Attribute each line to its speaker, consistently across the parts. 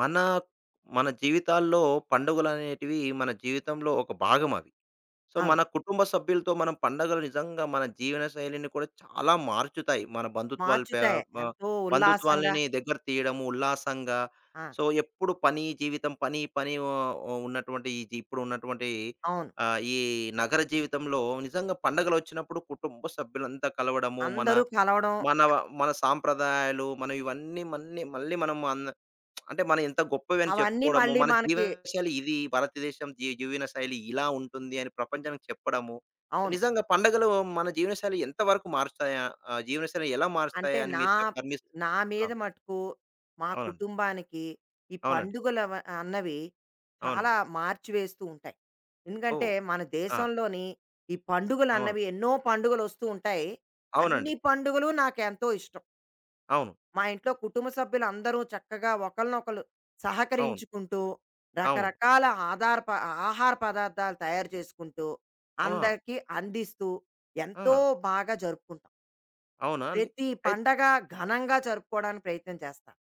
Speaker 1: మన మన జీవితాల్లో పండుగలనేటివి మన జీవితంలో ఒక భాగం అవి. సో,
Speaker 2: అవును.
Speaker 1: మన కుటుంబ సభ్యులతో మనం పండగలు నిజంగా మన జీవన శైలిని కూడా చాలా మార్చుతాయి. మన బంధుత్వాలు పే
Speaker 2: మార్చుతాయి.
Speaker 1: బ
Speaker 2: ఎంతో ఉల్లాసంగా.
Speaker 1: బంధుత్వాలని దగ్గర తీయడము, ఉల్లాసంగా.
Speaker 2: ఆ!
Speaker 1: సో, ఎప్పుడు పని జీవితం పని పని ఓ ఉన్నటువంటి ఈ జీ ఇప్పుడు ఉన్నటువంటి,
Speaker 2: అవును.
Speaker 1: ఈ నగర జీవితంలో నిజంగా పండగలొచ్చినప్పుడు కుటుంబ సభ్యులంతా కలవడము, మన
Speaker 2: అందరూ కలవడం,
Speaker 1: మన మన సాంప్రదాయాలు మనం ఇవన్నీ మన్ని మళ్ళీ మనం అంటే మనం ఇంత గొప్పవి అని
Speaker 2: అవన్నీ
Speaker 1: చెప్పుకోవడము,
Speaker 2: మళ్ళీ
Speaker 1: మన
Speaker 2: మనకి.
Speaker 1: జీవనశైలి ఇది, భారతదేశం జీవనశైలి ఇలా ఉంటుంది అని ప్రపంచానికి చెప్పడము.
Speaker 2: అవును.
Speaker 1: నిజంగా పండగలు మన జీవనశైలి ఎంతవరకు మారుస్తాయా? జీవనశైలి ఎలా మారుస్తాయి
Speaker 2: అంటే
Speaker 1: అని
Speaker 2: నా
Speaker 1: మీరు చెప్పారు. మీ
Speaker 2: నా
Speaker 1: ఆ!
Speaker 2: మీద మటుకు, మా
Speaker 1: అవునండి.
Speaker 2: కుటుంబానికి ఈ
Speaker 1: అవునండి.
Speaker 2: అన్నవి చాలా
Speaker 1: అవునండి.
Speaker 2: మార్చివేస్తూ ఉంటాయి.
Speaker 1: ఓహ్!
Speaker 2: ఎందుకంటే, మన
Speaker 1: ఆ!
Speaker 2: దేశంలోని ఈ
Speaker 1: అవును.
Speaker 2: పండుగలన్నవి ఎన్నో పండుగలొస్తూ ఉంటాయి.
Speaker 1: అవునండి.
Speaker 2: అన్ని పండుగలు నాకెంతో ఇష్టం.
Speaker 1: అవును.
Speaker 2: మా ఇంట్లో కుటుంబ సభ్యులందరూ చక్కగా ఒకళ్ళనొకళ్ళు
Speaker 1: అవును.
Speaker 2: సహకరించుకుంటూ,
Speaker 1: అవును.
Speaker 2: రకరకాల ఆధార ప ఆహార పదార్థాలు తయారు చేసుకుంటూ,
Speaker 1: ఆ!
Speaker 2: అందరికీ అందిస్తూ
Speaker 1: ఆ!
Speaker 2: ఎంతో బాగా జరుపుకుంటాం.
Speaker 1: అవునా అండి?
Speaker 2: ప్రతి
Speaker 1: అయితే
Speaker 2: పండగ ఘనంగా జరుపుకోవడానికి ప్రయత్నం చేస్తాం.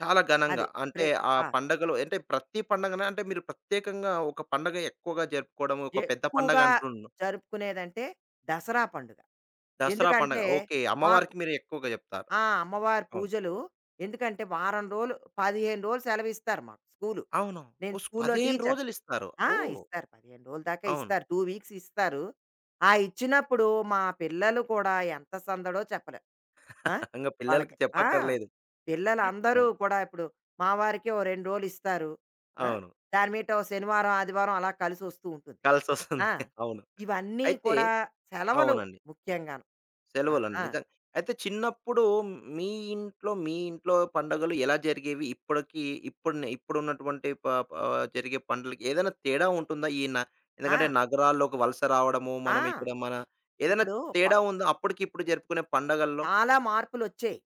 Speaker 1: చాలా ఘనంగా
Speaker 2: అది.
Speaker 1: అంటే
Speaker 2: ప్రే
Speaker 1: ఆ
Speaker 2: ఆ!
Speaker 1: పండగలు అంటే ప్రతి పండగన అంటే మీరు ప్రత్యేకంగా ఒక పండగ ఎక్కువగా జరుపుకోవడం ఒక పెద్ద పండగ
Speaker 2: ఎక్కువగా
Speaker 1: అంటున్.
Speaker 2: జరుపుకునేదంటే దసరా పండుగ.
Speaker 1: దసరా పండగ.
Speaker 2: ఎందుకంటే
Speaker 1: ఓకే.
Speaker 2: మాకు,
Speaker 1: అమ్మవారికి మీరు ఎక్కువగా చెప్తారు.
Speaker 2: ఆ! అమ్మవారి
Speaker 1: అవును.
Speaker 2: పూజలు. ఎందుకంటే వారం రోజులు, 15 రోజులు సెలవిస్తారు మాకు స్కూలు.
Speaker 1: అవును.
Speaker 2: నేను
Speaker 1: ఓహ్!
Speaker 2: స్కూల్లో
Speaker 1: 15
Speaker 2: టీచర్.
Speaker 1: రోజులిస్తారు.
Speaker 2: ఆ!
Speaker 1: ఓహ్!
Speaker 2: ఇస్తారు. 15 రోజుల దాకా
Speaker 1: అవును.
Speaker 2: ఇస్తారు. 2 వీక్స్ ఇస్తారు. ఆ ఇచ్చినప్పుడు మా పిల్లలు కూడా ఎంత సందడో చెప్పలేం. ఆ!
Speaker 1: ఇంగ పిల్లలకి
Speaker 2: వాళ్ళకి. ఆ!
Speaker 1: చెప్పక్కర్లేదు.
Speaker 2: పిల్లలందరూ
Speaker 1: అవును.
Speaker 2: కూడా ఇప్పుడు. మా వారికి ఓ 2 రోజులు ఇస్తారు. ఆ!
Speaker 1: అవును.
Speaker 2: దాని మీట ఓ శనివారం, ఆదివారం అలా కలిసొస్తూ ఉంటుంది.
Speaker 1: కలిసొస్తుంది.
Speaker 2: ఆ!
Speaker 1: అవును.
Speaker 2: ఇవన్నీ
Speaker 1: అయితే
Speaker 2: కూడా సెలవులు
Speaker 1: అవునండి.
Speaker 2: ముఖ్యంగాను. ఆ!
Speaker 1: సెలవులండి
Speaker 2: ఆ!
Speaker 1: నిజంగా. అయితే చిన్నప్పుడు మీ ఇంట్లో, మీ ఇంట్లో పండుగలు ఎలా జరిగేవి? ఇప్పటికి ఇప్పుడు ఇప్పుడున్నటువంటి ప ప జరిగే పండుగలకి ఏదైనా తేడా ఉంటుందా? ఈ న
Speaker 2: ఆ!
Speaker 1: ఎందుకంటే నగరాల్లోకి వలస రావడము,
Speaker 2: ఆ!
Speaker 1: మనం ఇక్కడ మన ఏదైనా
Speaker 2: ఇప్పుడు ప
Speaker 1: తేడా ఉందా? అప్పటికి ఇప్పుడు జరుపుకునే పండగల్లో?
Speaker 2: చాలా మార్పులొచ్చాయి.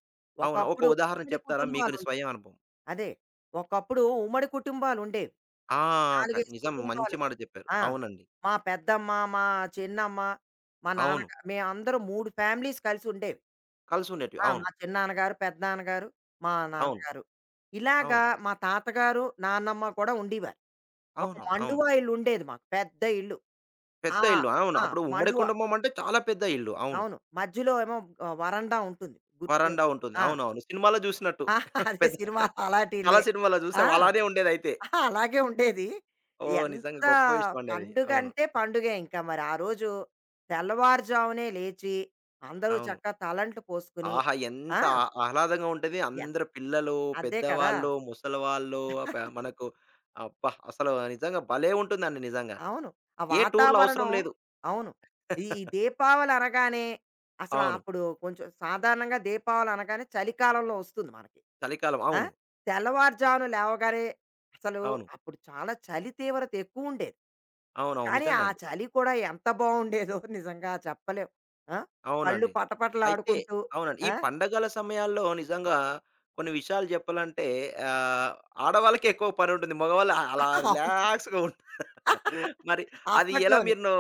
Speaker 1: అవునా! ఒక
Speaker 2: ఒకప్పుడు
Speaker 1: ఉదాహరణ
Speaker 2: ఉమ్మడి
Speaker 1: చెప్తారా? మీకు ని
Speaker 2: కుటుంబాలుండేవి.
Speaker 1: స్వయం అనుభవం.
Speaker 2: అదే. ఒకప్పుడు ఉమ్మడి కుటుంబాలుండేవి.
Speaker 1: ఆ!
Speaker 2: 4,
Speaker 1: క
Speaker 2: 5
Speaker 1: నిజం మంచి
Speaker 2: కుటుంబాలు.
Speaker 1: మాట చెప్పారు.
Speaker 2: ఆ!
Speaker 1: అవునండి.
Speaker 2: మా పెద్దమ్మ, మా చిన్నమ్మ, మా
Speaker 1: అవును.
Speaker 2: నాన్నగా మేమందరం 3 ఫ్యామిలీస్ కలిసుండేవి.
Speaker 1: కలిసుండేటివి.
Speaker 2: ఆ!
Speaker 1: అవును.
Speaker 2: మా చిన్నాన్నగారు, పెద్దనాన్నగారు, మా
Speaker 1: అవును.
Speaker 2: నాన్నగారు. ఇలాగా
Speaker 1: అవును.
Speaker 2: మా తాతగారు, నాన్నమ్మ కూడా ఉండేవారు. ఒక
Speaker 1: అవును. అవును.
Speaker 2: మండువా ఇల్లుండేది మాకు. పెద్ద ఇల్లు.
Speaker 1: పెద్ద
Speaker 2: ఆ!
Speaker 1: ఇల్లు. అవును.
Speaker 2: ఆ!
Speaker 1: అప్పుడు ఉమ్మడి
Speaker 2: మండువా.
Speaker 1: కుటుంబం అంటే చాలా పెద్ద ఇల్లు. అవును.
Speaker 2: అవును. మధ్యలో ఏమో, వరండా ఉంటుంది. గుర్తే.
Speaker 1: వరండా ఉంటుంది.
Speaker 2: ఆ!
Speaker 1: అవునవును. సినిమాలో జూసినట్టు.
Speaker 2: ఆ, అదే
Speaker 1: పెద్ద
Speaker 2: సినిమాలో అలాంటి
Speaker 1: చాలా
Speaker 2: ఇల్లే.
Speaker 1: సినిమాలో
Speaker 2: ఆ!
Speaker 1: జూసాం. అలానే ఉండేదైతే.
Speaker 2: ఆహా! అలాగే ఉండేది.
Speaker 1: ఓహ్! నిజంగా
Speaker 2: ఎంత!
Speaker 1: గొప్ప విషయం అండి అది.
Speaker 2: పండుగ
Speaker 1: అవును.
Speaker 2: అంటే పండుగే ఇంకా మరి. ఆ రోజు తెల్లవారుజామునే లేచి, అందరూ
Speaker 1: అవును.
Speaker 2: చక్కగా తలంట్లు పోసుకొని.
Speaker 1: ఆహా!
Speaker 2: ఆ!
Speaker 1: ఎంత ఆ ఆహ్లాదంగా ఉంటది.
Speaker 2: ఎన్
Speaker 1: అందరు పిల్లలు,
Speaker 2: అదే కదా!
Speaker 1: పెద్దవాళ్ళు, ముసలివాళ్ళు, ప మనకు అబ్బా! అసలు నిజంగా భలే ఉంటుందండి నిజంగా.
Speaker 2: అవును. ఆ
Speaker 1: ఏ టూర్‌లు అవసరం
Speaker 2: వాతావరణం.
Speaker 1: లేదు.
Speaker 2: అవును. ఈ దీపావళి అనగానే,
Speaker 1: అవును.
Speaker 2: అప్పుడు కొంచెం సాధారణంగా దీపావళి అనగానే చలికాలంలో వస్తుంది మనకి.
Speaker 1: చలికాలం.
Speaker 2: ఆ!
Speaker 1: అవును.
Speaker 2: తెల్లవారుజామున లేవగానే అసలు,
Speaker 1: అవును.
Speaker 2: అప్పుడు చాలా చలి తీవ్రత ఎక్కువుండేది.
Speaker 1: అవునవును.
Speaker 2: కానీ ఆ
Speaker 1: నిజంగండి.
Speaker 2: చలి కూడా ఎంత బావుండేదో నిజంగా చెప్పలేం. ఆ! కళ్ళు
Speaker 1: అవునండి. అయితే
Speaker 2: పటపటలాడుకుంటూ.
Speaker 1: అవునండి. ఈ
Speaker 2: ఆ!
Speaker 1: పండగల సమయాల్లో నిజంగా కొన్ని విషయాలు జెప్పాలంటే ఆహ్, ఆడవాళ్ళకే ఎక్కువ పనుంటుంది. మగవాళ్ళు అలా
Speaker 2: అవును.
Speaker 1: రిలాక్స్‌గా ఉం. మరి అది ఎలా
Speaker 2: అప్పట్లోనే.
Speaker 1: మీరు నో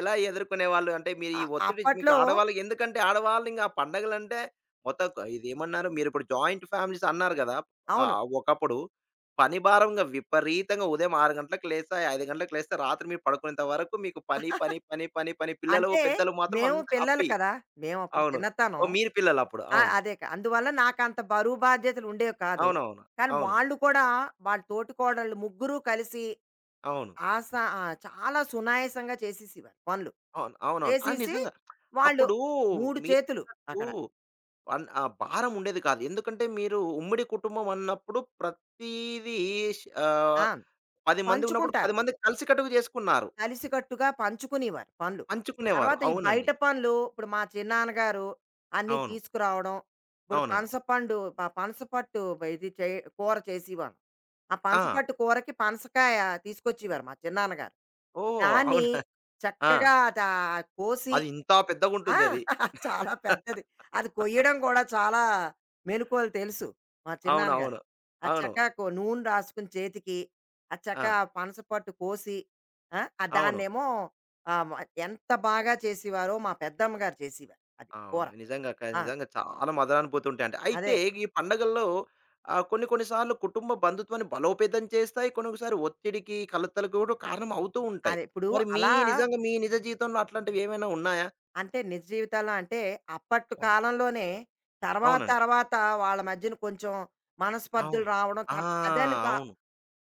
Speaker 1: ఎలా ఎదుర్కొనేవాళ్ళు? అంటే మీరు
Speaker 2: అ
Speaker 1: ఈ ఒత్తిడి మీకు
Speaker 2: అప్పట్లో.
Speaker 1: ఆడవాళ్ళకి ఎందుకంటే ఆడవాళ్ళు ఇంక ఆ పండగలంటే మొత్తం క ఇదేమన్నారు మీరిప్పుడు జాయింట్ ఫ్యామిలీస్ అన్నారు గదా!
Speaker 2: అవును.
Speaker 1: ఒకప్పుడు పని భారంగా విపరీతంగా ఉదయం 6 గంటలకు లేస్తే, 5 గంటలకు లేస్తే రాత్రి మీరు పడుకునేంత వరకు మీకు పని, పని, పని, పని, పని పిల్లలు,
Speaker 2: అంటే
Speaker 1: పెద్దలు మాత్రం
Speaker 2: మేము
Speaker 1: అంత
Speaker 2: పిల్లలు
Speaker 1: హ్యాపీ.
Speaker 2: కదా! మేమప్పుడు
Speaker 1: అవును.
Speaker 2: చిన్నతనం.
Speaker 1: ఓహ్! మీరు పిల్లలప్పుడు.
Speaker 2: ఆ!
Speaker 1: అవును.
Speaker 2: అదే క అందువల్ల నాకంత బరువు బాధ్యతలు ఉండేవి కాదు.
Speaker 1: అవునవును.
Speaker 2: కానీ
Speaker 1: అవును.
Speaker 2: వాళ్ళు కూడా, వాళ్ళ తోటి కోడళ్ళు ముగ్గురు కలిసి,
Speaker 1: అవును.
Speaker 2: ఆస ఆ! చాలా సునాయాసంగా చేసేసేవారు పనులు.
Speaker 1: అవును. అవునవును. ఆ!
Speaker 2: చేసేసి
Speaker 1: నిజంగా.
Speaker 2: వాళ్ళు
Speaker 1: అప్పుడు
Speaker 2: 3 చేతులు
Speaker 1: మీరన్నట్టు
Speaker 2: అక్కడ.
Speaker 1: అన్ ఆ భారం ఉండేది కాదు. ఎందుకంటే మీరు ఉమ్మడి కుటుంబం అన్నప్పుడు ప్రతీదీ ష్
Speaker 2: ఆ!
Speaker 1: 10 మంది ఉన్నప్పుడు
Speaker 2: పంచుకుంటారు.
Speaker 1: 10 మంది కలిసికట్టుగా చేసుకున్నారు.
Speaker 2: కలిసికట్టుగా పంచుకునేవారు పనులు.
Speaker 1: పంచుకునేవారు.
Speaker 2: తర్వాత ఈ
Speaker 1: అవునండి.
Speaker 2: బయట పనులు, ఇప్పుడు మా చిన్నాన్నగారు అన్నీ
Speaker 1: అవును.
Speaker 2: తీసుకురావడం. ఇప్పుడు
Speaker 1: అవునండి.
Speaker 2: పనసపండు పనసపట్టు, ఇది చే కూర చేసేవాళ్ళం. ఆ
Speaker 1: ఆ!
Speaker 2: పనసపట్టు కూరకి పనసకాయ తీసుకొచ్చేవారు మా చిన్నాన్నగారు.
Speaker 1: ఓహ్!
Speaker 2: దాన్ని
Speaker 1: అవునా! ఆ!
Speaker 2: చక్కగా కోసి.
Speaker 1: అది ఇంత
Speaker 2: ఆ!
Speaker 1: పెద్దగుంటుంది అది.
Speaker 2: చాలా పెద్దది. అది కొయ్యడం కూడా చాలా మెళకువలు తెలుసు మా
Speaker 1: అవునవును.
Speaker 2: చిన్నాన్నగారికి. అది
Speaker 1: అవును. అవును,
Speaker 2: చక్కగా నూనె రాసుకుని చేతికి, అది
Speaker 1: ఆ!
Speaker 2: చక్కగా ఆ చక్క పనస పట్టు కోసి, ఆ!
Speaker 1: అవును.
Speaker 2: దాన్నేమో ఆహ్, మ ఎంత బాగా చేసేవారో మా పెద్దమ్మ గారు చేసేవారు అది
Speaker 1: అవును.
Speaker 2: కూర.
Speaker 1: నిజంగా క
Speaker 2: ఆ!
Speaker 1: నిజంగా చాలా మదనానిపోతుంటాయి అంటే. అయితే
Speaker 2: అదే.
Speaker 1: ఈ పండగల్లో కొన్ని కొన్ని సార్లు కుటుంబ బంధుత్వాన్ని బలోపేతం చేస్తాయి. కొన్నిసారి ఒత్తిడికి, కలతలకు కూడా కారణం అవుతూ ఉంటాయి.
Speaker 2: అదే. ఇప్పుడు
Speaker 1: మరి మీ
Speaker 2: అలా,
Speaker 1: నిజంగా మీ నిజ జీవితంలో అట్లాంటివి ఏమైనా ఉన్నాయా?
Speaker 2: అంటే నిజ జీవితంలో అంటే అప్పటి
Speaker 1: అవును.
Speaker 2: కాలంలోనే, తర్వాత
Speaker 1: అవునండి.
Speaker 2: తర్వాత వాళ్ళ మధ్యన కొంచెం మనస్పర్ధలు
Speaker 1: అవును.
Speaker 2: రావడం
Speaker 1: ఆ!
Speaker 2: తర్ అదని కా
Speaker 1: అవును.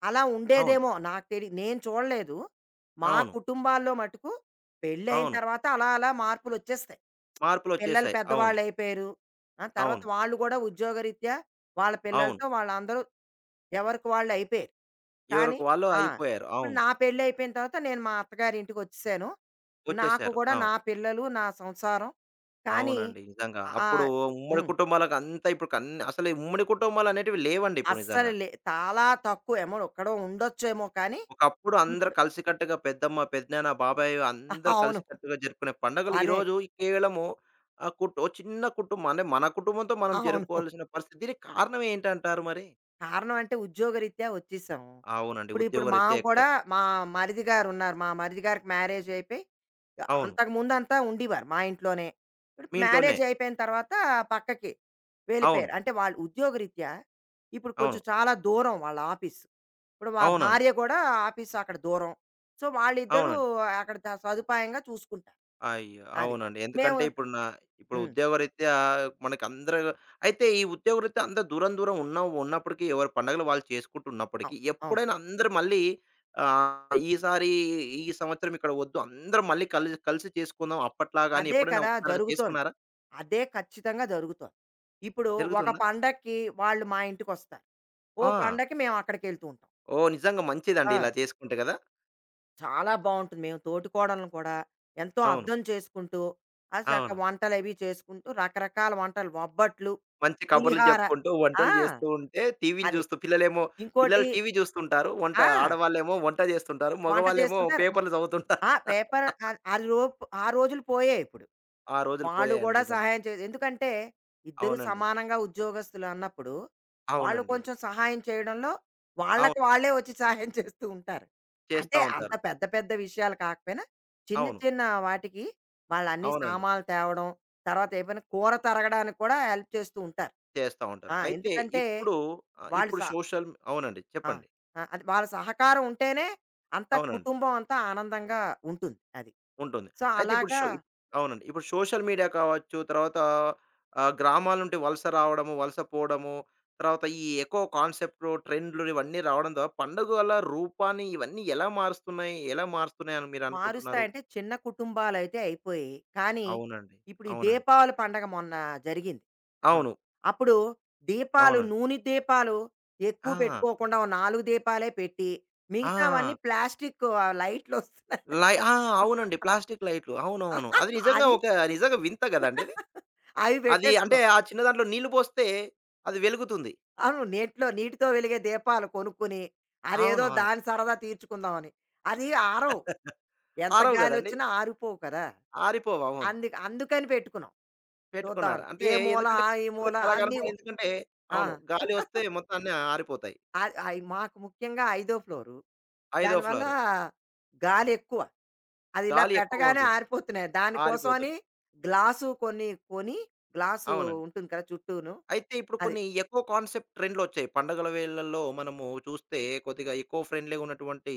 Speaker 2: అలా
Speaker 1: అవును.
Speaker 2: ఉండేదేమో నాకు నేను చూడలేదు. మా
Speaker 1: అవును.
Speaker 2: కుటుంబాల్లో మటుకు పెళ్ళయిన
Speaker 1: అవును.
Speaker 2: తర్వాత అలా అలా మార్పులొచ్చేస్తాయి. పిల్లలు
Speaker 1: మార్పులొచ్చేసాయి. అవును.
Speaker 2: పెద్దవాళ్ళయిపోయారు. ఆ! తర్వాత
Speaker 1: అవును.
Speaker 2: వాళ్ళు గూడా ఉద్యోగరీత్యా వాళ్ళ
Speaker 1: అవును.
Speaker 2: పిల్లలతో వాళ్ళందరూ ఎవరికి వాళ్ళయిపోయారు. కానీ,
Speaker 1: ఎవరికి వాళ్ళు
Speaker 2: ఆ!
Speaker 1: అయిపోయారు.
Speaker 2: ఇప్పుడు
Speaker 1: అవును.
Speaker 2: నా పెళ్ళయిపోయిన తర్వాత నేను మా అత్తగారింటికొచ్చేసాను. నాకు
Speaker 1: వచ్చేసారు.
Speaker 2: గూడా
Speaker 1: అవును.
Speaker 2: నా పిల్లలు, నా సంసారం. కానీ,
Speaker 1: అవునండి. నిజంగా. అప్పుడు
Speaker 2: ఆహ్,
Speaker 1: ఉమ్మడి
Speaker 2: హ్మ్.
Speaker 1: కుటుంబాలకు అంతా ఇప్పుడు కన్ అసలు ఈ ఉమ్మడి కుటుంబాలనేటివి లేవండి ఇప్పుడు
Speaker 2: అస్సలు
Speaker 1: నిజంగా.
Speaker 2: లే చాలా తక్కువ ఏమో, ఎక్కడో ఉండొచ్చేమో కానీ
Speaker 1: ఒకప్పుడు అందరూ
Speaker 2: ఇప్పుడు
Speaker 1: కలిసికట్టుగా పెద్దమ్మ, పెద్దనాన్న, బాబాయ్ అందరూ
Speaker 2: అవును.
Speaker 1: కలిసికట్టుగా జరుపుకునే పండుగలు
Speaker 2: అదే.
Speaker 1: ఈరోజు కేవలము కుట్ ఓ చిన్న కుటుంబం అంటే మన కుటుంబంతో మనం
Speaker 2: అవును.
Speaker 1: జరుపుకోవాల్సిన పరిస్థితి. దీనికి కారణం ఏంటంటారు మరి?
Speaker 2: కారణం అంటే ఉద్యోగరీత్యా వచ్చేసాము.
Speaker 1: అవునండి.
Speaker 2: ఇప్పుడు ఇప్పుడు మా
Speaker 1: ఉద్యోగరీత్యా ఎక్కడ
Speaker 2: కూడా మా మరిది గారున్నారు. మా మరిది గారికి మ్యారేజ్ అయిపోయి,
Speaker 1: అవును.
Speaker 2: అంతకుముందంతా ఉండేవారు మా ఇంట్లోనే. ఇప్పుడు
Speaker 1: మీ ఇంట్లోనే.
Speaker 2: మ్యారేజ్ అయిపోయిన తర్వాత పక్కకి
Speaker 1: అవును.
Speaker 2: వెళ్ళిపోయారు. అంటే వాళ్ళు ఉద్యోగరీత్యా, ఇప్పుడు
Speaker 1: అవును.
Speaker 2: కొంచెం చాలా దూరం వాళ్ళ ఆఫీసు. ఇప్పుడు మా
Speaker 1: అవునండి.
Speaker 2: భార్య కూడా ఆఫీస్ అక్కడ దూరం. సో, వాళ్ళిద్దరూ
Speaker 1: అవునండి.
Speaker 2: అక్కడ సదుపాయంగా చూసుకుంటారు.
Speaker 1: అయ్యో!
Speaker 2: అది.
Speaker 1: అవునండి.
Speaker 2: మేము,
Speaker 1: ఎందుకంటే ఇప్పుడు నా ఇప్పుడు
Speaker 2: హ్మ్.
Speaker 1: ఉద్యోగరీత్యా మనకందరూ అయితే ఈ ఉద్యోగరీత్యా అందరూ దూరం దూరం ఉన్న ఉన్నప్పటికీ ఎవరి పండగలు వాళ్ళు చేసుకుంటున్నప్పటికీ
Speaker 2: అవును. అవును.
Speaker 1: ఎప్పుడైనా అందరూ మళ్ళీ ఈసారి ఈ సంవత్సరం ఇక్కడ వద్దు. అందరం మళ్ళీ కలిసి చేసుకుందాం అప్పట్లాగా అని
Speaker 2: అదే
Speaker 1: ఎప్పుడైనా
Speaker 2: కదా
Speaker 1: ఒకసారి అలా
Speaker 2: జరుగుతోంది.
Speaker 1: చేసుకున్నారా?
Speaker 2: అదే ఖచ్చితంగా జరుగుతోంది. ఇప్పుడు ఒక
Speaker 1: జరుగుతుందా?
Speaker 2: పండక్కి వాళ్ళు మా ఇంటికొస్తారు. ఓ
Speaker 1: ఆ!
Speaker 2: పండక్కి మేము అక్కడికెళ్తూ ఉంటాం.
Speaker 1: ఓహ్! నిజంగా మంచిదండి
Speaker 2: ఆ!
Speaker 1: ఇలా చేసుకుంటే గదా!
Speaker 2: చాలా బావుంటుంది. మేము తోటికోడళ్ళని కూడా ఎంతో
Speaker 1: అవును.
Speaker 2: అర్థం చేసుకుంటూ, ఆ! చక్క
Speaker 1: అవునండి.
Speaker 2: వంటలవి చేసుకుంటూ రకరకాల వంటలు, బొబ్బట్లు,
Speaker 1: మంచి కబుర్లు
Speaker 2: పులిహార.
Speaker 1: చెప్పుకుంటూ,
Speaker 2: ఆ!
Speaker 1: వంటలు చేస్తూ ఉంటే టీవీలు
Speaker 2: అది.
Speaker 1: చూస్తూ పిల్లలేమో
Speaker 2: ఇంకోటి.
Speaker 1: పిల్లలు టీవీ చూస్తుంటారు. వంట
Speaker 2: ఆ!
Speaker 1: ఆడవాళ్ళేమో వంట చేస్తుంటారు.
Speaker 2: వంట
Speaker 1: మగవాళ్ళేమో
Speaker 2: చేస్తుంటారు.
Speaker 1: పేపర్లు చదువుతుంటారు.
Speaker 2: ఆ! పేపర్ ఆహ్, ఆ రోప్ ఆ రోజులు పోయాయిప్పుడు.
Speaker 1: ఆ రోజులు
Speaker 2: వాళ్ళు
Speaker 1: పోయాయండి
Speaker 2: కూడా
Speaker 1: నిజంగా.
Speaker 2: సహాయం చే ఎందుకంటే ఇద్దరు
Speaker 1: అవునండి.
Speaker 2: సమానంగా ఉద్యోగస్తులు అన్నప్పుడు వాళ్ళు
Speaker 1: అవునండి.
Speaker 2: కొంచెం సహాయం చేయడంలో,
Speaker 1: అవును.
Speaker 2: వాళ్ళకి వాళ్ళే వచ్చి సహాయం చేస్తూ ఉంటారు.
Speaker 1: చేస్తా
Speaker 2: అంటే అంత
Speaker 1: ఉంటారు.
Speaker 2: పెద్ద పెద్ద విషయాలు కాకపోయినా చిన్న
Speaker 1: అవును.
Speaker 2: చిన్న వాటికి, వాళ్ళు అన్ని
Speaker 1: అవునండి.
Speaker 2: సామాన్లు తేవడం, తర్వాత ఏమైనా కూర తరగడానికి కూడా హెల్ప్ చేస్తూ ఉంటారు.
Speaker 1: చేస్తా ఉంటారు.
Speaker 2: ఆ!
Speaker 1: అయితే
Speaker 2: ఎందుకంటే
Speaker 1: ఇప్పుడు
Speaker 2: వాళ్ళు
Speaker 1: ఇప్పుడు
Speaker 2: స
Speaker 1: సోషల్ అవునండి.
Speaker 2: ఆ!
Speaker 1: చెప్పండి.
Speaker 2: ఆ! అది వాళ్ళ సహకారం ఉంటేనే అంతా
Speaker 1: అవునండి.
Speaker 2: కుటుంబం అంతా ఆనందంగా ఉంటుంది అది.
Speaker 1: ఉంటుంది.
Speaker 2: సో
Speaker 1: అయితే ఇప్పుడు
Speaker 2: అలాగా,
Speaker 1: షో అవునండి. ఇప్పుడు సోషల్ మీడియా కావచ్చు, తర్వాత గ్రామాల నుండి వలస రావడము, వలస పోవడము, తర్వాత ఈ ఎకో కాన్సెప్ట్‌లు, ట్రెండ్‌లు ఇవన్నీ రావడం ద్వారా పండుగల రూపాన్ని ఇవన్నీ ఎలా మారుస్తున్నాయి? అని మీరు అనుకుంటున్నారు?
Speaker 2: మారుస్తాయంటే చిన్న కుటుంబాలైతే అయిపోయి, కానీ
Speaker 1: అవునండి.
Speaker 2: ఇప్పుడు ఈ
Speaker 1: అవునండి.
Speaker 2: దీపావళి పండగ మొన్న జరిగింది. అవును.
Speaker 1: అవును.
Speaker 2: అప్పుడు దీపాలు,
Speaker 1: అవునండి.
Speaker 2: నూనె దీపాలు ఎక్కువ
Speaker 1: ఆ!
Speaker 2: పెట్టుకోకుండా ఓ 4 దీపాలే పెట్టి, మిగతావన్నీ
Speaker 1: ఆ!
Speaker 2: ప్లాస్టిక్, లైట్‌లొస్తున్నాయి.
Speaker 1: లై ఆ! అవునండి. ప్లాస్టిక్ లైట్‌లు. అవునవును. అది నిజంగా
Speaker 2: అది
Speaker 1: ఒక నిజంగా వింత గదండీ అది.
Speaker 2: అవి
Speaker 1: అది అంటే
Speaker 2: పెట్టేసుకున్నాం.
Speaker 1: ఆ చిన్న దాంట్లో నీళ్లు పోస్తే అది వెలుగుతుంది.
Speaker 2: అవును. నీటిలో, నీటితో వెలిగే దీపాలు కొనుక్కొని,
Speaker 1: అవును.
Speaker 2: అదేదో
Speaker 1: అవును.
Speaker 2: దాని సరదా తీర్చుకుందామని. అది ఆరవు. ఎంత
Speaker 1: ఆరవు గదండీ!
Speaker 2: గాలొచ్చినా ఆరిపోవు కదా!
Speaker 1: ఆరిపోవు. అవును.
Speaker 2: అందుకని పెట్టుకున్నాం.
Speaker 1: పెట్టుకున్నారు.
Speaker 2: చూద్దామని.
Speaker 1: అంటే
Speaker 2: ఏ మూల,
Speaker 1: ఎందుకంటే
Speaker 2: ఆ ఈ మూల
Speaker 1: కళ
Speaker 2: అన్నీ
Speaker 1: కనపడి ఎందుకంటే
Speaker 2: ఆ!
Speaker 1: అవును. గాలి వస్తే మొత్తం అన్నీ ఆరిపోతాయి.
Speaker 2: ఆహ్, ఆహ్, మాకు ముఖ్యంగా ఐదో ఫ్లోరు.
Speaker 1: ఐదో
Speaker 2: దానివల్ల
Speaker 1: ఫ్లోర్.
Speaker 2: గాలెక్కువ. అదిలా
Speaker 1: గాలి ఎక్కువగా
Speaker 2: పెట్టగానే
Speaker 1: ఉంటుంది.
Speaker 2: ఆరిపోతున్నాయి. దానికోసమని
Speaker 1: ఆరిపోతుంది.
Speaker 2: గ్లాసు కొన్ని కొని, గ్లాసు
Speaker 1: అవునండి.
Speaker 2: ఉంటుంది కదా చుట్టూను.
Speaker 1: అయితే ఇప్పుడు
Speaker 2: అది.
Speaker 1: కొన్ని ఎకో కాన్సెప్ట్ ట్రెండ్‌లొచ్చాయి. పండగల వేళల్లో మనము చూస్తే కొద్దిగా ఎకో ఫ్రెండ్లీగా ఉన్నటువంటి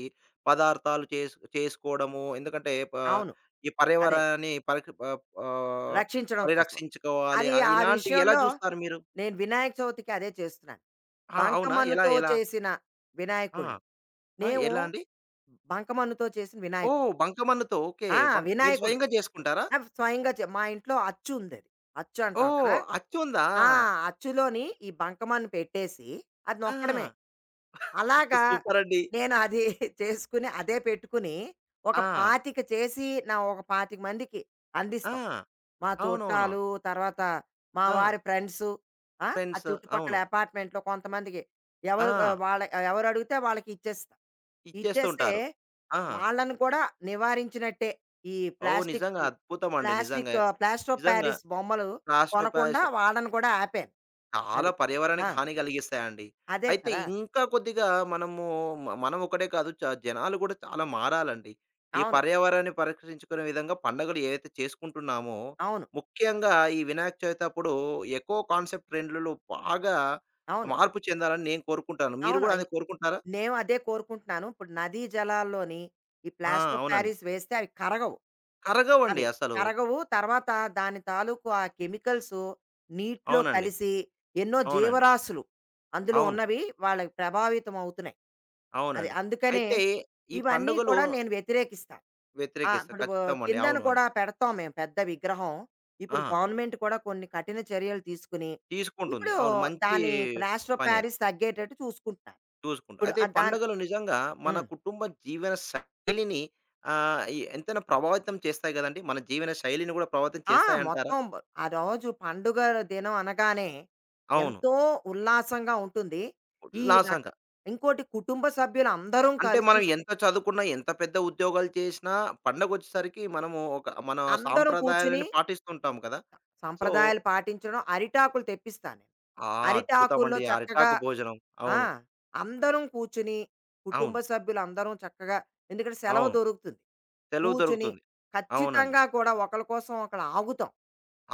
Speaker 1: పదార్థాలు చేసుకోవడము. ఎందుకంటే ప
Speaker 2: అవును.
Speaker 1: ఈ
Speaker 2: అదే.
Speaker 1: పర్యావరణాన్ని పరక్ ప ఆహ్,
Speaker 2: రక్షించడం కోసం.
Speaker 1: పరిరక్షించుకోవాలి.
Speaker 2: అది ఆ
Speaker 1: ఇలాంటివి ఎలా
Speaker 2: విషయంలో
Speaker 1: జూస్తారు మీరు?
Speaker 2: నేను వినాయక చవితికి అదే చేస్తున్నాను.
Speaker 1: ఆ! అవునా? ఎలా?
Speaker 2: బంకమన్నుతో
Speaker 1: ఎలా?
Speaker 2: చేసిన
Speaker 1: ఆ!
Speaker 2: వినాయకుడిని.
Speaker 1: ఆ!
Speaker 2: మేము
Speaker 1: ఎలా అండి?
Speaker 2: బంకమన్నుతో చేసిన వినాయకుడు.
Speaker 1: ఓహ్! బంకమన్నుతో. ఓకే.
Speaker 2: ఆ!
Speaker 1: బం మీరు
Speaker 2: వినాయకుడు.
Speaker 1: స్వయంగా చేసుకుంటారా?
Speaker 2: ఆ! స్వయంగా చే మా ఇంట్లో అచ్చు ఉందది. అచ్చు అంటాం
Speaker 1: ఓహ్!
Speaker 2: కదా!
Speaker 1: అచ్చుందా?
Speaker 2: ఆ! అచ్చులోని ఈ బంకమన్ను పెట్టేసి, అది
Speaker 1: ఆ!
Speaker 2: నొక్కడమే. అలాగా
Speaker 1: సూపర్ అండి.
Speaker 2: నేను అది చేసుకుని, అదే పెట్టుకుని, ఒక
Speaker 1: ఆ!
Speaker 2: 25 చేసి, నా ఒక 25 మందికి
Speaker 1: ఆ!
Speaker 2: అందిస్తాం. మా
Speaker 1: అవునవును.
Speaker 2: చుట్టాలు, తర్వాత మా
Speaker 1: ఆ!
Speaker 2: వారి ఫ్రెండ్సు, ఆ! ఆ
Speaker 1: ఫ్రెండ్స్.
Speaker 2: చుట్టుపక్కల
Speaker 1: అవును.
Speaker 2: అపార్ట్మెంట్‌లో కొంతమందికి, ఎవరు ఆహ్,
Speaker 1: ఆ!
Speaker 2: వాళ్ళ ఎవరడిగితే వాళ్ళకి ఇచ్చేస్తా. ఇచ్చేస్తే
Speaker 1: ఇచ్చేస్తుంటారు. ఆ!
Speaker 2: వాళ్ళని కూడా నివారించినట్టే. ఈ
Speaker 1: ఓహ్!
Speaker 2: ప్లాస్టిక్,
Speaker 1: నిజంగా అద్భుతమండి.
Speaker 2: ప్లాస్టిక్
Speaker 1: నిజంగా.
Speaker 2: ప్లాస్టర్ ఆఫ్
Speaker 1: నిజంగా.
Speaker 2: పారిస్ బొమ్మలు
Speaker 1: రాష్ట్ర
Speaker 2: కొనకుండా
Speaker 1: పాయసం
Speaker 2: వాళ్ళని కూడా ఆపాను.
Speaker 1: చాలా
Speaker 2: అది. ఆ!
Speaker 1: పర్యావరణానికి హాని కలిగిస్తాయండి.
Speaker 2: అదే
Speaker 1: అయితే
Speaker 2: కదా!
Speaker 1: ఇంకా కొద్దిగా మనము మనం ఒకడే కాదు చ జనాలు కూడా చాలా మారాలండి. ఈ
Speaker 2: అవును.
Speaker 1: పర్యావరణాన్ని పరిరక్షించుకునే విధంగా పండుగలు ఏవైతే చేసుకుంటున్నామో,
Speaker 2: అవును.
Speaker 1: ముఖ్యంగా ఈ వినాయక చవితి అప్పుడు ఎకో కాన్సెప్ట్ ట్రెండ్‌లలో బాగా
Speaker 2: అవును.
Speaker 1: మార్పు చెందాలని నేను కోరుకుంటాను. మీరు
Speaker 2: అవును.
Speaker 1: కూడా అదే
Speaker 2: అయి
Speaker 1: కోరుకుంటారా?
Speaker 2: నేను అదే కోరుకుంటున్నాను. ఇప్పుడు నదీ జలాల్లోని ఈ
Speaker 1: ఆ!
Speaker 2: ప్లాస్టర్ ఆఫ్
Speaker 1: అవునండి.
Speaker 2: పారిస్ వేస్తే అవి కరగవు.
Speaker 1: కరగవండి
Speaker 2: అవి
Speaker 1: అసలు.
Speaker 2: కరగవు. తర్వాత దాని తాలూకు ఆ కెమికల్సు నీటిలో
Speaker 1: అవునండి.
Speaker 2: కలిసి, ఎన్నో
Speaker 1: అవునండి.
Speaker 2: జీవరాశులు అందులో
Speaker 1: అవును.
Speaker 2: ఉన్నవి వాళ్ళకి ప్రభావితం అవుతున్నాయి. అది.
Speaker 1: అవునండి.
Speaker 2: అందుకనే
Speaker 1: అయితే ఈ
Speaker 2: ఇవన్నీ
Speaker 1: పండుగలు
Speaker 2: కూడా నేను వ్యతిరేకిస్తా. ఆ!
Speaker 1: వ్యతిరేకిస్తారు.
Speaker 2: ఇప్పుడు ఓ
Speaker 1: ఖచ్చితం అండి.
Speaker 2: కిందన
Speaker 1: అవును
Speaker 2: కూడా
Speaker 1: అండి.
Speaker 2: పెడతాం మేము పెద్ద విగ్రహం. ఇప్పుడు
Speaker 1: ఆ!
Speaker 2: గవర్నమెంట్ కూడా కొన్ని కఠిన చర్యలు తీసుకొని,
Speaker 1: తీసుకుంటుంది.
Speaker 2: ఇప్పుడు
Speaker 1: అవును. మంచి
Speaker 2: దాని ప్లాస్టర్ ఆఫ్
Speaker 1: పని అది.
Speaker 2: పారిస్ తగ్గేటట్టు చూసుకుంటున్నారు.
Speaker 1: చూసుకుంటా.
Speaker 2: ఇప్పుడు
Speaker 1: అయితే
Speaker 2: ఆ
Speaker 1: ఈ
Speaker 2: దాని,
Speaker 1: పండుగలు నిజంగా మన
Speaker 2: హ్మ్.
Speaker 1: కుటుంబ జీవన శైలిని ఎంతైనా ప్రభావితం చేస్తాయి గదండీ! మన జీవన శైలిని గూడా ప్రభావితం
Speaker 2: ఆ!
Speaker 1: చేస్తాయంటారా?
Speaker 2: మొత్తం బ్ ఆ రోజు పండుగ దినం అనగానే
Speaker 1: అవును.
Speaker 2: ఎంతో ఉల్లాసంగా ఉంటుంది. ఈ రక
Speaker 1: ఉల్లాసంగా.
Speaker 2: ఇంకోటి, కుటుంబ సభ్యులందరం
Speaker 1: అంటే
Speaker 2: కలిసి
Speaker 1: మనం ఎంత చదువుకున్నా, ఎంత పెద్ద ఉద్యోగాలు చేసినా పండగొచ్చేసరికి మనము ఒక మన
Speaker 2: అందరం కూర్చొని,
Speaker 1: సాంప్రదాయాలను పాటిస్తుంటాం కదా! సో
Speaker 2: సంప్రదాయాలు పాటించడం, అరిటాకులు తెప్పిస్తాను నేను.
Speaker 1: ఆ! అద్భుతం
Speaker 2: అరిటాకుల్లో
Speaker 1: అండి.
Speaker 2: చక్కగా,
Speaker 1: అరిటాకు భోజనం.
Speaker 2: ఆ!
Speaker 1: అవును.
Speaker 2: అందరం కూర్చుని, కుటుంబ
Speaker 1: అవును.
Speaker 2: సభ్యులు అందరం చక్కగా. ఎందుకంటే సెలవు
Speaker 1: అవును.
Speaker 2: దొరుకుతుంది.
Speaker 1: సెలవు
Speaker 2: కూర్చుని
Speaker 1: దొరుకుతుంది. అవునండి.
Speaker 2: ఖచ్చితంగా కూడా ఒకళ్ళ కోసం ఒకళ్ళు ఆగుతాం.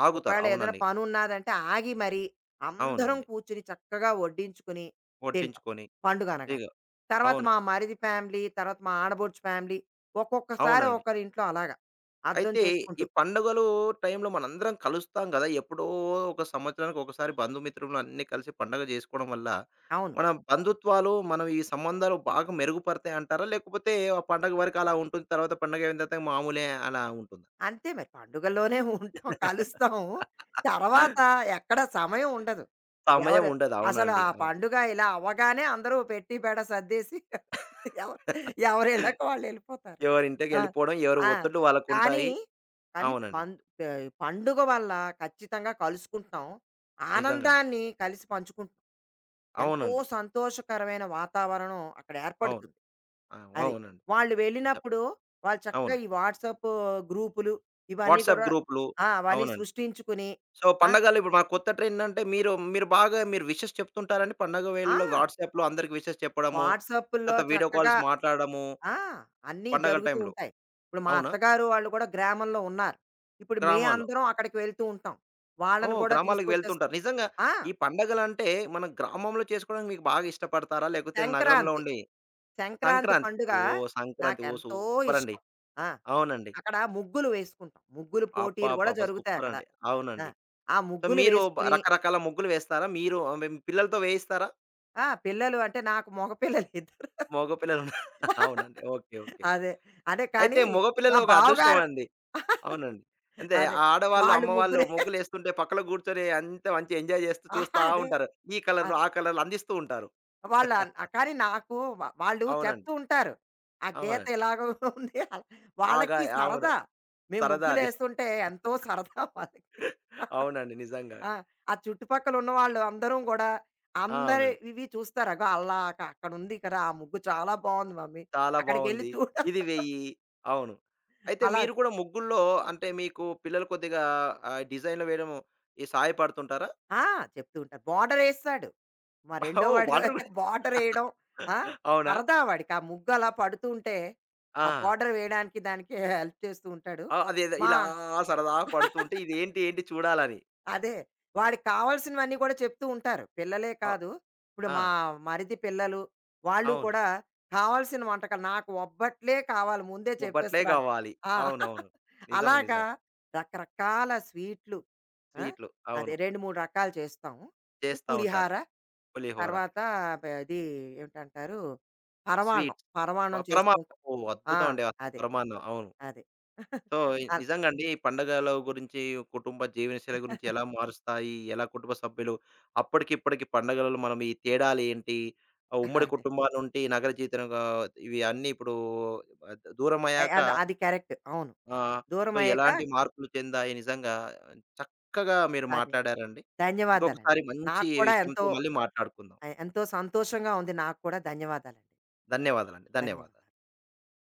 Speaker 1: ఆగుతారు.
Speaker 2: ఒకవేళ ఏదైనా
Speaker 1: అవునండి.
Speaker 2: పనున్నాదంటే ఆగి మరి, అందరం
Speaker 1: అవునండి.
Speaker 2: కూర్చుని చక్కగా వడ్డించుకుని తింటాం
Speaker 1: వడ్డించుకొని
Speaker 2: పండుగ
Speaker 1: దిగ
Speaker 2: అనగానే. తర్వాత
Speaker 1: అవును.
Speaker 2: మా మరిది ఫ్యామిలీ, తర్వాత మా ఆడబొడుచు ఫ్యామిలీ, ఒక్కొక్కసారి
Speaker 1: అవునండి.
Speaker 2: ఒకరింట్లో అలాగా అర్థం
Speaker 1: అయితే ఈ
Speaker 2: చేసుకుంటూ.
Speaker 1: పండుగలు టైంలో మనందరం కలుస్తాం గదా! ఎప్పుడో ఒక సంవత్సరానికి ఒకసారి బంధుమిత్రులు అన్నీ కలిసి పండగ జేసుకోవడం వల్ల,
Speaker 2: అవును.
Speaker 1: మన బంధుత్వాలు, మనం ఈ సంబంధాలు బాగా మెరుగుపడతాయి అంటారా? లేకపోతే ఆ పండగ వరకు అలా ఉంటుంది. తర్వాత పండగ అయిన తర్వాత మామూలే అలా ఉంటుందా?
Speaker 2: అంతే మరి పండుగల్లోనే ఉంటాం, కలుస్తాం. తర్వాత ఎక్కడ సమయం ఉండదు.
Speaker 1: సమయం
Speaker 2: ఎవరు,
Speaker 1: ఉండదు.
Speaker 2: అసలు
Speaker 1: అవునండి.
Speaker 2: ఆ
Speaker 1: అవును.
Speaker 2: పండుగ ఇలా అవ్వగానే అందరూ పెట్టి బేడ సర్దేసి ఎవరు ఎవరిళ్ళకి వాళ్ళెళ్ళిపోతారు.
Speaker 1: ఎవరింటికి
Speaker 2: ఆ!
Speaker 1: వెళ్ళిపోవడం, ఎవరి
Speaker 2: ఆ!
Speaker 1: ఒత్తిళ్ళు
Speaker 2: కానీ,
Speaker 1: వాళ్ళకుంటాయి.
Speaker 2: కానీ
Speaker 1: అవునండి.
Speaker 2: బంద్ పండుగ వల్ల ఖచ్చితంగా కలుసుకుంటున్నాం.
Speaker 1: నిజంగా అండి.
Speaker 2: ఆనందాన్ని కలిసి పంచుకుంటున్నాం. ఎంతో
Speaker 1: అవునండి.
Speaker 2: సంతోషకరమైన వాతావరణం అక్కడ
Speaker 1: అవును.
Speaker 2: ఏర్పడుతుంది.
Speaker 1: ఆ!
Speaker 2: అది.
Speaker 1: అవునండి.
Speaker 2: వాళ్ళు
Speaker 1: నిజం.
Speaker 2: వెళ్ళినప్పుడు వాళ్ళు చక్కగా
Speaker 1: అవును.
Speaker 2: ఈ వాట్సాప్ గ్రూపులు ఇవన్నీ
Speaker 1: వాట్సాప్
Speaker 2: కూడా,
Speaker 1: గ్రూప్‌లు.
Speaker 2: ఆ! అవన్నీ
Speaker 1: అవునండి.
Speaker 2: సృష్టించుకుని.
Speaker 1: సో,
Speaker 2: ఆ!
Speaker 1: పండగలు ఇప్పుడు మా కొత్త ట్రెండ్ అంటే మీరు బాగా మీరు విషెస్ చెప్తుంటారండి పండగ
Speaker 2: ఆ!
Speaker 1: వేళల్లో వాట్సాప్‌లో అందరికి విషెస్ చెప్పడము,
Speaker 2: వాట్సాపుల్లో
Speaker 1: తర్వాత వీడియో
Speaker 2: చక్కగా,
Speaker 1: కాల్స్ మాట్లాడడము
Speaker 2: ఆ! అన్నీ
Speaker 1: పండగల
Speaker 2: జరుగుతూ
Speaker 1: టైంలో.
Speaker 2: ఉంటాయి. ఇప్పుడు మా
Speaker 1: అవునా?
Speaker 2: అత్తగారు వాళ్ళు కూడా గ్రామంలో ఉన్నారు. ఇప్పుడు మే
Speaker 1: గ్రామాల్లో.
Speaker 2: అందరం అక్కడికి వెళ్తూ ఉంటాం. వాళ్ళని
Speaker 1: ఓహ్!
Speaker 2: కూడా
Speaker 1: గ్రామాలకు
Speaker 2: తీసుకొచ్చేస్తాం.
Speaker 1: వెళ్తుంటారు. నిజంగా
Speaker 2: ఆ!
Speaker 1: ఈ పండగలంటే మన గ్రామంలో చేసుకోవడానికి మీకు బాగా ఇష్టపడతారా? లేకపోతే నగరంలో
Speaker 2: సంక్రాంతి,
Speaker 1: ఉండి
Speaker 2: సంక్రాంతి
Speaker 1: సంక్రాంతి.
Speaker 2: పండుగ
Speaker 1: ఓహ్! సంక్రాంతి. ఓహ్!
Speaker 2: నాకెంతో
Speaker 1: సూపర్ అండి.
Speaker 2: ఇష్టం. ఆ!
Speaker 1: అవునండి.
Speaker 2: అక్కడ ముగ్గులు వేసుకుంటాం. ముగ్గులు పోటీలు కూడా
Speaker 1: అబ్బబ్బబ్బా!
Speaker 2: జరుగుతాయి
Speaker 1: సూపర్
Speaker 2: అక్కడ.
Speaker 1: అండి.
Speaker 2: ఆ!
Speaker 1: అవునండి.
Speaker 2: ఆ
Speaker 1: సో,
Speaker 2: ముగ్గులు
Speaker 1: మీరు బ
Speaker 2: వేసుకొని.
Speaker 1: రకరకాల ముగ్గులు వేస్తారా? మీరు మీ పిల్లలతో వేయిస్తారా?
Speaker 2: ఆ! పిల్లలు అంటే నాకు మగ పిల్లలు ఇద్దరు.
Speaker 1: మగ పిల్లలు ఉన్నా- అవునండి. ఓకే. ఓకే.
Speaker 2: అదే. అదే
Speaker 1: అయితే
Speaker 2: కానీ, మా
Speaker 1: మగపిల్లలు ఒక అదృష్టం
Speaker 2: బావగారు.
Speaker 1: అండి. అవునండి. అంటే
Speaker 2: అదే.
Speaker 1: ఆ ఆడవాళ్ళు,
Speaker 2: వాళ్ళు
Speaker 1: అమ్మవాళ్ళు
Speaker 2: ముగ్గురే.
Speaker 1: ముగ్గులేస్తుంటే పక్కలో గూర్చొని అంతా మంచి ఎంజాయ్ జేస్తూ చూస్తా
Speaker 2: ఆహా! అదే.
Speaker 1: ఉంటారు. ఈ కలర్‌లో,
Speaker 2: అదే.
Speaker 1: ఆ కలర్‌లో అందిస్తూ ఉంటారు.
Speaker 2: వాళ్ళ. కానీ నాకు వ వాళ్ళు
Speaker 1: అవునండి.
Speaker 2: చెప్తూ ఉంటారు. ఆ గీత
Speaker 1: అవునండి.
Speaker 2: ఇలాగ ఉంది. అలా,
Speaker 1: ఆగా
Speaker 2: వాళ్ళకి
Speaker 1: అవును.
Speaker 2: సరదా. మేము
Speaker 1: సరదా అది.
Speaker 2: ముగ్గులేస్తుంటే ఎంతో సరదా వాళ్ళకి.
Speaker 1: అవునండి. నిజంగా.
Speaker 2: ఆ! ఆ చుట్టుపక్కల ఉన్నవాళ్ళు అందరం గూడా,
Speaker 1: ఆ!
Speaker 2: అందరి
Speaker 1: అవునండి.
Speaker 2: ఇవి చూస్తారు. అగో అలా అక్కడుంది కదా! ఆ ముగ్గు చాలా బావుంది మమ్మీ.
Speaker 1: చాలా
Speaker 2: అక్కడికెళ్ళి
Speaker 1: బావుంది.
Speaker 2: చూడాలి.
Speaker 1: ఇది వెయ్యి. అవును. అయితే
Speaker 2: అలా,
Speaker 1: మీరు కూడా ముగ్గుల్లో అంటే మీకు పిల్లలు కొద్దిగా డిజైన్‌లు వేయడం ఈ సహాయపడుతుంటారా?
Speaker 2: ఆ! చెప్తూ ఉంటారు. బోర్డరేస్తాడు. మా రెండో
Speaker 1: ఓహ్!
Speaker 2: వాడు
Speaker 1: వాటర్
Speaker 2: అయితే
Speaker 1: గూడా
Speaker 2: బోర్డరేయడం, ఆ!
Speaker 1: అవునా?
Speaker 2: సరదా వాడికి. ఆ ముగ్గు అలా పడుతూ ఉంటే, ఆ
Speaker 1: ఆ!
Speaker 2: బోర్డర్ వేయడానికి దానికి హెల్ప్ చేస్తూ ఉంటాడు.
Speaker 1: ఆ! అదేదో
Speaker 2: మా
Speaker 1: ఇలా సరదాగా పడుతూ ఉంటే ఇదేంటి ఏంటి చూడాలని.
Speaker 2: అదే. వాడికి కావాల్సినవన్నీ కూడా చెప్తూ ఉంటారు. పిల్లలే
Speaker 1: అ
Speaker 2: కాదు, ఇప్పుడు మా
Speaker 1: ఆ!
Speaker 2: మరిది పిల్లలు, వాళ్ళు
Speaker 1: అవును.
Speaker 2: కూడా కావాల్సిన వంటకాలు, నాకు ఒబ్బట్లే కావాలి ముందే
Speaker 1: బొబ్బట్లే
Speaker 2: చెప్పేస్తున్నాను.
Speaker 1: కావాలి.
Speaker 2: ఆ!
Speaker 1: అవునవును. నిజం.
Speaker 2: అలాగా
Speaker 1: నిజం.
Speaker 2: రకరకాల స్వీట్లు. ఆ!
Speaker 1: స్వీట్లు.
Speaker 2: అదే
Speaker 1: అవును.
Speaker 2: 2, 3 రకాలు చేస్తాము. ఇది
Speaker 1: చేస్తా ఉంటారు.
Speaker 2: పులిహార,
Speaker 1: పులిహోర,
Speaker 2: తర్వాత బ ఇది ఏమిటంటారు, పరమాన్నం.
Speaker 1: స్వీట్స్. ప
Speaker 2: పరమాన్నం చేస్తూ
Speaker 1: పరమాన్నం.
Speaker 2: ఉంటాం.
Speaker 1: ఓహ్!
Speaker 2: ఆ!
Speaker 1: అద్భుతం అండి అసలు
Speaker 2: అదే.
Speaker 1: పరమాన్నం. అవును.
Speaker 2: అదే.
Speaker 1: సో,
Speaker 2: అల్
Speaker 1: నిజంగా అండి ఈ పండగల గురించి, కుటుంబ జీవనశైలి గురించి ఎలా మారుస్తాయి? ఎలా కుటుంబ సభ్యులు అప్పటికి, ఇప్పటికి పండగలలో మనం ఈ తేడాలేంటి? ఆ ఉమ్మడి
Speaker 2: అదే.
Speaker 1: కుటుంబాల నుండి నగర జీవితంగా ఇవి అన్నీ ఇప్పుడు దూరమయ్యాక
Speaker 2: అది కరెక్ట్. అవును.
Speaker 1: ఆ! సో,
Speaker 2: దూరమయ్యాక
Speaker 1: ఎలాంటి మార్పులు చెందాయి నిజంగా చక్కగా మీరు
Speaker 2: అదే.
Speaker 1: మాట్లాడారండి.
Speaker 2: ధన్యవాదాలండి.
Speaker 1: ఇంకొకసారి మంచి
Speaker 2: నాకు కూడా
Speaker 1: విషయంతో
Speaker 2: ఎంతో,
Speaker 1: మళ్ళీ మాట్లాడుకుందాం.
Speaker 2: ఎంతో సంతోషంగా ఉంది నాకు కూడా. ధన్యవాదాలండి.
Speaker 1: ధన్యవాదాలండి. ధన్యవాదాలు.
Speaker 2: ధన్యవాదాలు.